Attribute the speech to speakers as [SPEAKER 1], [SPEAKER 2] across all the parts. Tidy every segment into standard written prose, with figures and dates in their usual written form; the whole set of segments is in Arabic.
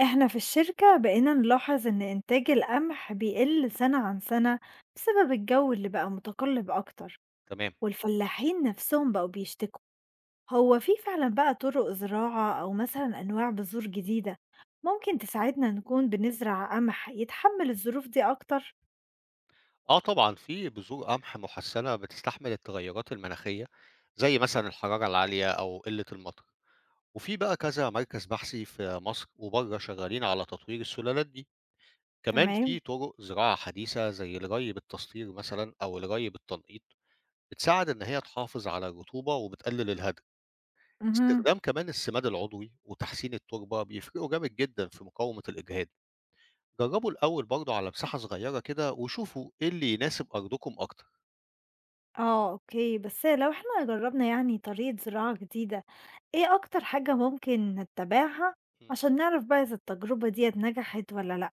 [SPEAKER 1] إحنا في الشركة بقينا نلاحظ إن إنتاج القمح بيقل سنة عن سنة، بسبب الجو اللي بقى متقلب أكتر.
[SPEAKER 2] تمام.
[SPEAKER 1] والفلاحين نفسهم بقوا بيشتكوا. هو في فعلا بقى طرق زراعة أو مثلا أنواع بذور جديدة ممكن تساعدنا نكون بنزرع قمح يتحمل الظروف دي أكتر؟
[SPEAKER 2] آه طبعًا، في بذور قمح مُحسّنة بتستحمل التغيُّرات المناخية، زي مثلًا الحرارة العالية أو قِلّة المطر. وفي بقى كذا مركز بحثي في مصر وبرّه شغّالين على تطوير السلالات دي. كمان
[SPEAKER 1] تمام.
[SPEAKER 2] في طُرق زراعة حديثة زي الري بالتسطير مثلًا أو الري بالتنقيط، بتساعد إن هي تحافظ على الرطوبة وبتقلِّل الهدر.
[SPEAKER 1] مهم.
[SPEAKER 2] استخدام كمان السماد العضوي وتحسين التربة بيفرقوا جامد جدًا في مقاومة الإجهاد. جرّبوا الأول برضه على مساحة صغيرة كده وشوفوا إيه اللي يناسب أرضكم أكتر.
[SPEAKER 1] اه، اوكي. بس لو احنا جربنا يعني طريقة زراعة جديدة، ايه أكتر حاجة ممكن نتبعها
[SPEAKER 2] إمم.
[SPEAKER 1] عشان نعرف بقى إذا التجربة ديت نجحت ولا لأ؟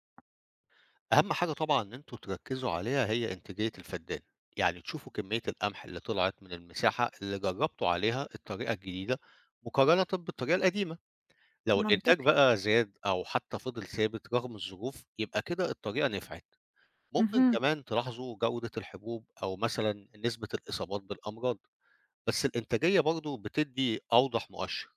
[SPEAKER 2] أهم حاجة طبعًا إن أنتم تركّزوا عليها هي إنتاجية الفدان، يعني تشوفوا كمية القمح اللي طلعت من المساحة اللي جرّبتوا عليها الطريقة الجديدة مقارنةً بالطريقة القديمة، لو الإنتاج
[SPEAKER 1] منطقي.
[SPEAKER 2] بقى زاد أو حتى فضل ثابت رغم الظروف يبقى كده الطريقة نفعت، ممكن
[SPEAKER 1] اهم.
[SPEAKER 2] كمان تلاحظوا جودة الحبوب أو مثلًا نسبة الإصابات بالأمراض، بس الإنتاجية برضه بتدّي أوضح مؤشر.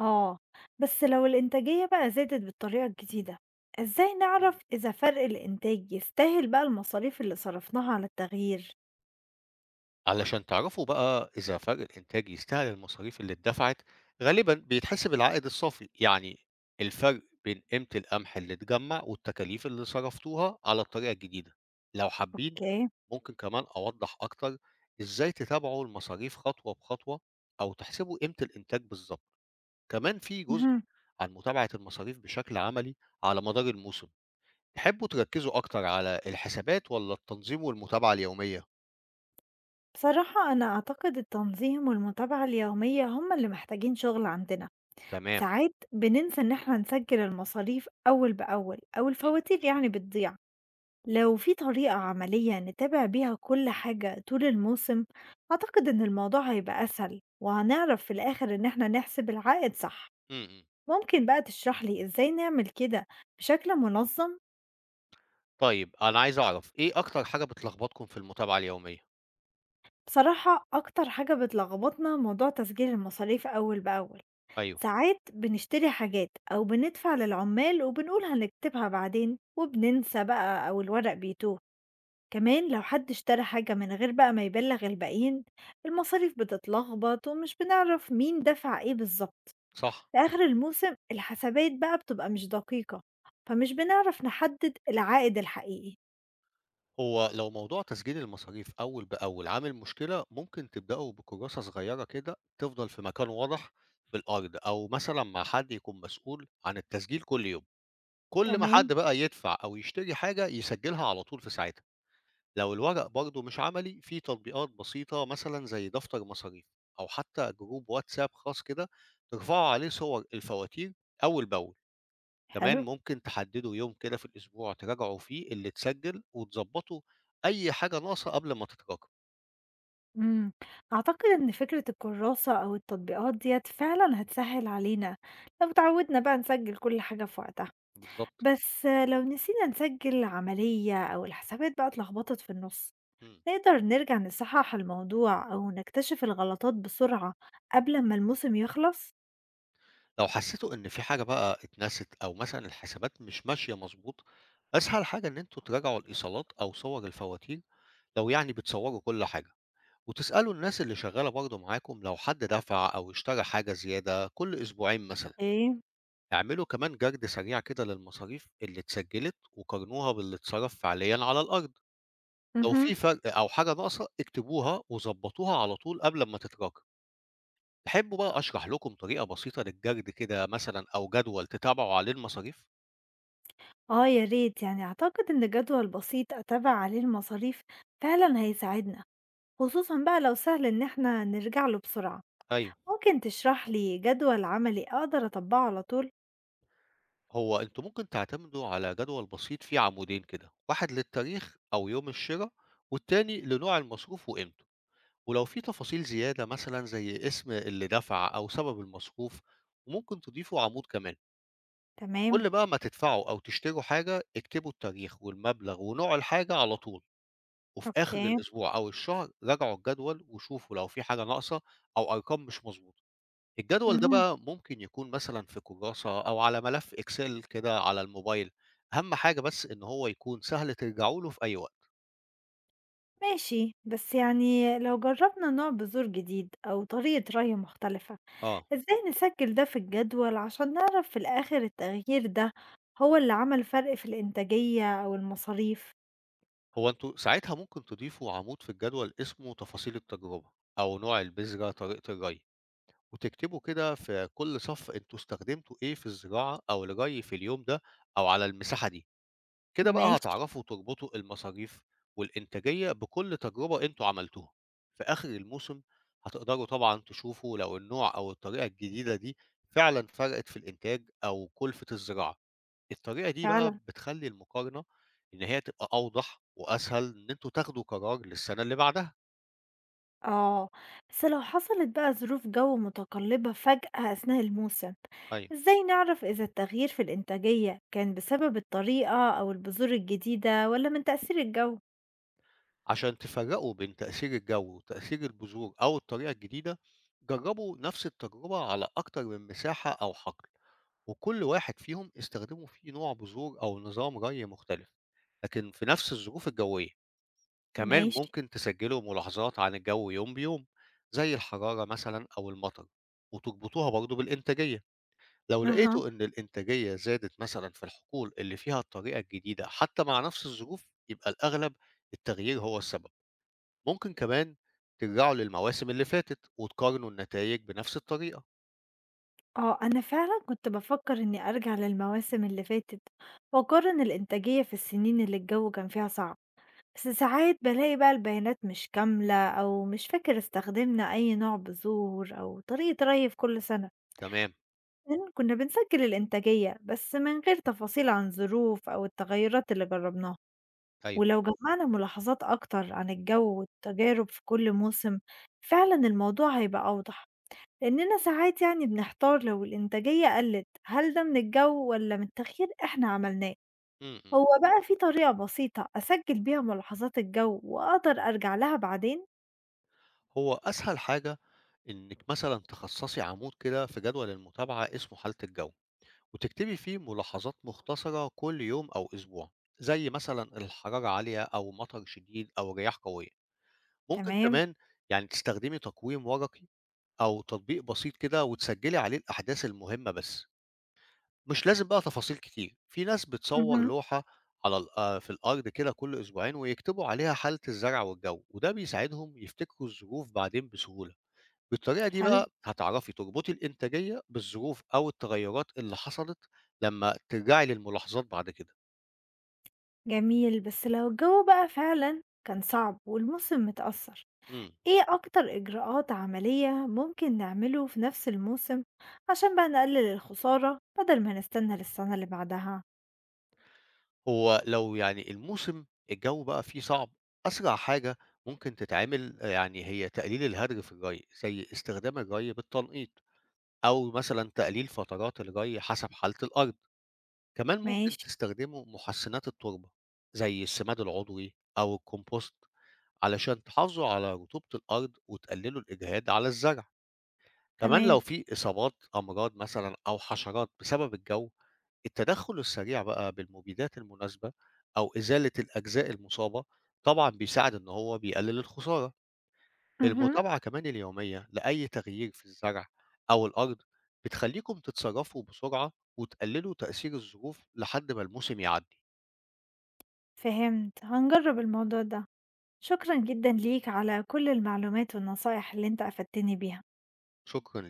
[SPEAKER 1] آه. بس لو الإنتاجية بقى زادت بالطريقة الجديدة، إزاي نعرف إذا فرق الإنتاج يستاهل بقى المصاريف اللي صرفناها على التغيير؟
[SPEAKER 2] علشان تعرفوا بقى إذا فرق الإنتاج يستاهل المصاريف اللي اتدفعت، غالبا بيتحسب العائد الصافي، يعني الفرق بين قيمة القمح اللي اتجمع والتكاليف اللي صرفتوها على الطريقة الجديدة. لو حابين
[SPEAKER 1] اوكي.
[SPEAKER 2] ممكن كمان أوضح أكتر إزاي تتابعوا المصاريف خطوة بخطوة أو تحسبوا قيمة الإنتاج بالظبط. كمان في جزء
[SPEAKER 1] مهم.
[SPEAKER 2] عن متابعة المصاريف بشكل عملي على مدار الموسم. تحبوا تركزوا أكتر على الحسابات ولا التنظيم والمتابعة اليومية؟
[SPEAKER 1] بصراحة أنا أعتقد التنظيم والمتابعة اليومية هم اللي محتاجين شغل عندنا.
[SPEAKER 2] تمام.
[SPEAKER 1] ساعات بننسى إن احنا نسجل المصاريف أول بأول أو
[SPEAKER 2] م-
[SPEAKER 1] الفواتير يعني بتضيع. لو في طريقة عملية نتابع بيها كل حاجة طول الموسم، أعتقد إن الموضوع هيبقى أسهل وهنعرف في الآخر إن احنا نحسب العائد صح.
[SPEAKER 2] م- م.
[SPEAKER 1] ممكن بقى تشرح لي إزاي نعمل كده بشكل منظم؟
[SPEAKER 2] طيب أنا عايز أعرف إيه أكتر حاجة بتلخبطكم في المتابعة اليومية؟
[SPEAKER 1] بصراحة أكتر حاجة بتلخبطنا موضوع تسجيل المصاريف أول بأول.
[SPEAKER 2] أيوه،
[SPEAKER 1] ساعات بنشتري حاجات أو بندفع للعمال وبنقول هنكتبها بعدين وبننسى بقى أو الورق بيتوه. كمان لو حد اشترى حاجة من غير بقى ما يبلغ الباقيين، المصاريف بتتلخبط ومش بنعرف مين دفع ايه بالظبط.
[SPEAKER 2] صح.
[SPEAKER 1] في آخر الموسم الحسابات بقى بتبقى مش دقيقة، فمش بنعرف نحدد العائد الحقيقي.
[SPEAKER 2] هو لو موضوع تسجيل المصاريف أول بأول عامل مشكلة، ممكن تبدأوا بكراسة صغيرة كده تفضل في مكان واضح في الأرض، أو مثلًا مع حد يكون مسؤول عن التسجيل كل يوم. كل ما حد
[SPEAKER 1] تمام.
[SPEAKER 2] بقى يدفع أو يشتري حاجة يسجلها على طول في ساعتها. لو الورق برضه مش عملي، في تطبيقات بسيطة مثلًا زي دفتر مصاريف، أو حتى جروب واتساب خاص كده ترفعوا عليه صور الفواتير أول بأول. كمان
[SPEAKER 1] حلو.
[SPEAKER 2] ممكن تحددوا يوم كده في الأسبوع تراجعوا فيه اللي اتسجل وتظبطوا أي حاجة ناقصة قبل ما تتراكم.
[SPEAKER 1] مم. أعتقد إن فكرة الكراسة أو التطبيقات ديت فعلا هتسهل علينا لو اتعودنا بقى نسجل كل حاجة في وقتها.
[SPEAKER 2] بالظبط.
[SPEAKER 1] بس لو نسينا نسجل العملية أو الحسابات بقى اتلخبطت في النص،
[SPEAKER 2] إمم.
[SPEAKER 1] نقدر نرجع نصحح الموضوع أو نكتشف الغلطات بسرعة قبل ما الموسم يخلص؟
[SPEAKER 2] لو حسيتوا إن في حاجة بقى اتنست أو مثلًا الحسابات مش ماشية مضبوط، أسهل حاجة إن أنتم تراجعوا الإيصالات أو صور الفواتير لو يعني بتصوروا كل حاجة، وتسألوا الناس اللي شغالة برضه معاكم لو حد دفع أو اشترى حاجة زيادة كل أسبوعين مثلًا.
[SPEAKER 1] ايه.
[SPEAKER 2] اعملوا كمان جرد سريع كده للمصاريف اللي اتسجلت وقارنوها باللي اتصرف فعليًا على الأرض. لو
[SPEAKER 1] مهم.
[SPEAKER 2] في فرق أو حاجة ناقصة اكتبوها وضبطوها على طول قبل ما تتراكم. تحبوا بقى أشرح لكم طريقة بسيطة للجرد كده مثلًا أو جدول تتابعوا عليه المصاريف؟
[SPEAKER 1] آه يا ريت. يعني أعتقد إن جدول بسيط أتابع عليه المصاريف فعلا هيساعدنا، خصوصا بقى لو سهل إن احنا نرجع له بسرعة.
[SPEAKER 2] أيوه،
[SPEAKER 1] ممكن تشرح لي جدول عملي أقدر أطبقه على طول؟
[SPEAKER 2] هو أنتم ممكن تعتمدوا على جدول بسيط فيه عمودين كده، واحد للتاريخ أو يوم الشرا، والتاني لنوع المصروف وقيمته، ولو في تفاصيل زيادة مثلًا زي اسم اللي دفع أو سبب المصروف، وممكن تضيفوا عمود كمان.
[SPEAKER 1] تمام.
[SPEAKER 2] كل بقى ما تدفعوا أو تشتروا حاجة اكتبوا التاريخ والمبلغ ونوع الحاجة على طول. وفي آخر
[SPEAKER 1] اوكي.
[SPEAKER 2] الأسبوع أو الشهر راجعوا الجدول وشوفوا لو في حاجة ناقصة أو أرقام مش مضبوطة. الجدول ده
[SPEAKER 1] مهم.
[SPEAKER 2] بقى ممكن يكون مثلًا في كراسة أو على ملف Excel كده على الموبايل، أهم حاجة بس إن هو يكون سهل ترجعوا له في أي وقت.
[SPEAKER 1] ماشي. بس يعني لو جربنا نوع بذور جديد أو طريقة ري مختلفة،
[SPEAKER 2] آه،
[SPEAKER 1] إزاي نسجل ده في الجدول عشان نعرف في الآخر التغيير ده هو اللي عمل فرق في الإنتاجية أو المصاريف؟
[SPEAKER 2] هو أنتم ساعتها ممكن تضيفوا عمود في الجدول اسمه تفاصيل التجربة أو نوع البذرة، طريقة الري، وتكتبوا كده في كل صف أنتم استخدمتوا إيه في الزراعة أو الري في اليوم ده أو على المساحة دي. كده بقى
[SPEAKER 1] ماشي.
[SPEAKER 2] هتعرفوا تربطوا المصاريف والإنتاجية بكل تجربة أنتوا عملتوها. في آخر الموسم هتقدروا طبعا تشوفوا لو النوع أو الطريقة الجديدة دي فعلا فرقت في الإنتاج أو كلفة الزراعة. الطريقة دي بقى
[SPEAKER 1] فعلا.
[SPEAKER 2] بتخلي المقارنة إن هي تبقى أوضح وأسهل إن أنتوا تاخدوا قرار للسنة اللي بعدها.
[SPEAKER 1] آه. بس لو حصلت بقى ظروف جو متقلبة فجأة أثناء الموسم،
[SPEAKER 2] أيوة.
[SPEAKER 1] إزاي نعرف إذا التغيير في الإنتاجية كان بسبب الطريقة أو البذور الجديدة ولا من تأثير الجو؟
[SPEAKER 2] عشان تفرّقوا بين تأثير الجو وتأثير البذور أو الطريقة الجديدة، جرّبوا نفس التجربة على أكتر من مساحة أو حقل، وكل واحد فيهم استخدموا فيه نوع بذور أو نظام ري مختلف، لكن في نفس الظروف الجوية. كمان
[SPEAKER 1] ماشي.
[SPEAKER 2] ممكن تسجلوا ملاحظات عن الجو يوم بيوم، زي الحرارة مثلًا أو المطر، وتربطوها برضه بالإنتاجية. لو
[SPEAKER 1] أها.
[SPEAKER 2] لقيتوا إن الإنتاجية زادت مثلًا في الحقول اللي فيها الطريقة الجديدة حتى مع نفس الظروف، يبقى الأغلب التغيير هو السبب. ممكن كمان ترجعوا للمواسم اللي فاتت وتقارنوا النتائج بنفس الطريقة.
[SPEAKER 1] اه، أنا فعلا كنت بفكر إني أرجع للمواسم اللي فاتت وأقارن الإنتاجية في السنين اللي الجو كان فيها صعب. بس ساعات بالاقي بقى البيانات مش كاملة أو مش فاكر استخدمنا أي نوع بذور أو طريقة ري في كل سنة،
[SPEAKER 2] تمام.
[SPEAKER 1] لأن كنا بنسجل الإنتاجية بس من غير تفاصيل عن ظروف أو التغيرات اللي جربناها.
[SPEAKER 2] أيوه.
[SPEAKER 1] ولو جمعنا ملاحظات أكتر عن الجو والتجارب في كل موسم فعلا الموضوع هيبقى أوضح، لأننا ساعات يعني بنحتار لو الإنتاجية قلت هل ده من الجو ولا من تغيير إحنا عملناه.
[SPEAKER 2] م -م.
[SPEAKER 1] هو بقى في طريقة بسيطة أسجل بيها ملاحظات الجو وأقدر أرجع لها بعدين؟
[SPEAKER 2] هو أسهل حاجة إنك مثلا تخصصي عمود كده في جدول المتابعة اسمه حالة الجو، وتكتبي فيه ملاحظات مختصرة كل يوم أو أسبوع، زي مثلا الحرارة عالية أو مطر شديد أو رياح قوية. ممكن
[SPEAKER 1] تمام.
[SPEAKER 2] كمان يعني تستخدمي تقويم ورقي أو تطبيق بسيط كده وتسجلي عليه الأحداث المهمة بس، مش لازم بقى تفاصيل كتير. في ناس بتصوّر
[SPEAKER 1] مهم.
[SPEAKER 2] لوحة على ال في الأرض كده كل أسبوعين ويكتبوا عليها حالة الزرع والجو، وده بيساعدهم يفتكروا الظروف بعدين بسهولة. بالطريقة دي
[SPEAKER 1] حلو.
[SPEAKER 2] بقى هتعرفي تربطي الإنتاجية بالظروف أو التغيرات اللي حصلت لمّا ترجعي للملاحظات بعد كده.
[SPEAKER 1] جميل. بس لو الجو بقى فعلا كان صعب والموسم متأثر،
[SPEAKER 2] إمم،
[SPEAKER 1] ايه أكتر إجراءات عملية ممكن نعمله في نفس الموسم عشان بقى نقلل الخسارة بدل ما نستنى للسنة اللي بعدها؟
[SPEAKER 2] هو لو يعني الموسم الجو بقى فيه صعب، أسرع حاجة ممكن تتعمل يعني هي تقليل الهدر في الري، زي استخدام الري بالتنقيط أو مثلًا تقليل فترات الري حسب حالة الأرض. كمان ممكن
[SPEAKER 1] ماشي.
[SPEAKER 2] تستخدموا محسنات التربة زي السماد العضوي أو الكومبوست علشان تحافظوا على رطوبة الأرض وتقللوا الإجهاد على الزرع. كمان لو
[SPEAKER 1] تمام.
[SPEAKER 2] في إصابات أمراض مثلا أو حشرات بسبب الجو، التدخل السريع بقى بالمبيدات المناسبة أو إزالة الأجزاء المصابة طبعا بيساعد إن هو بيقلل الخسارة.
[SPEAKER 1] مهم.
[SPEAKER 2] المتابعة كمان اليومية لأي تغيير في الزرع أو الأرض بتخليكم تتصرفوا بسرعة وتقللوا تأثير الظروف لحد ما الموسم يعدي.
[SPEAKER 1] فهمت. هنجرب الموضوع ده. شكرا جدا ليك على كل المعلومات والنصايح اللي انت أفدتني بيها.
[SPEAKER 2] شكرًا.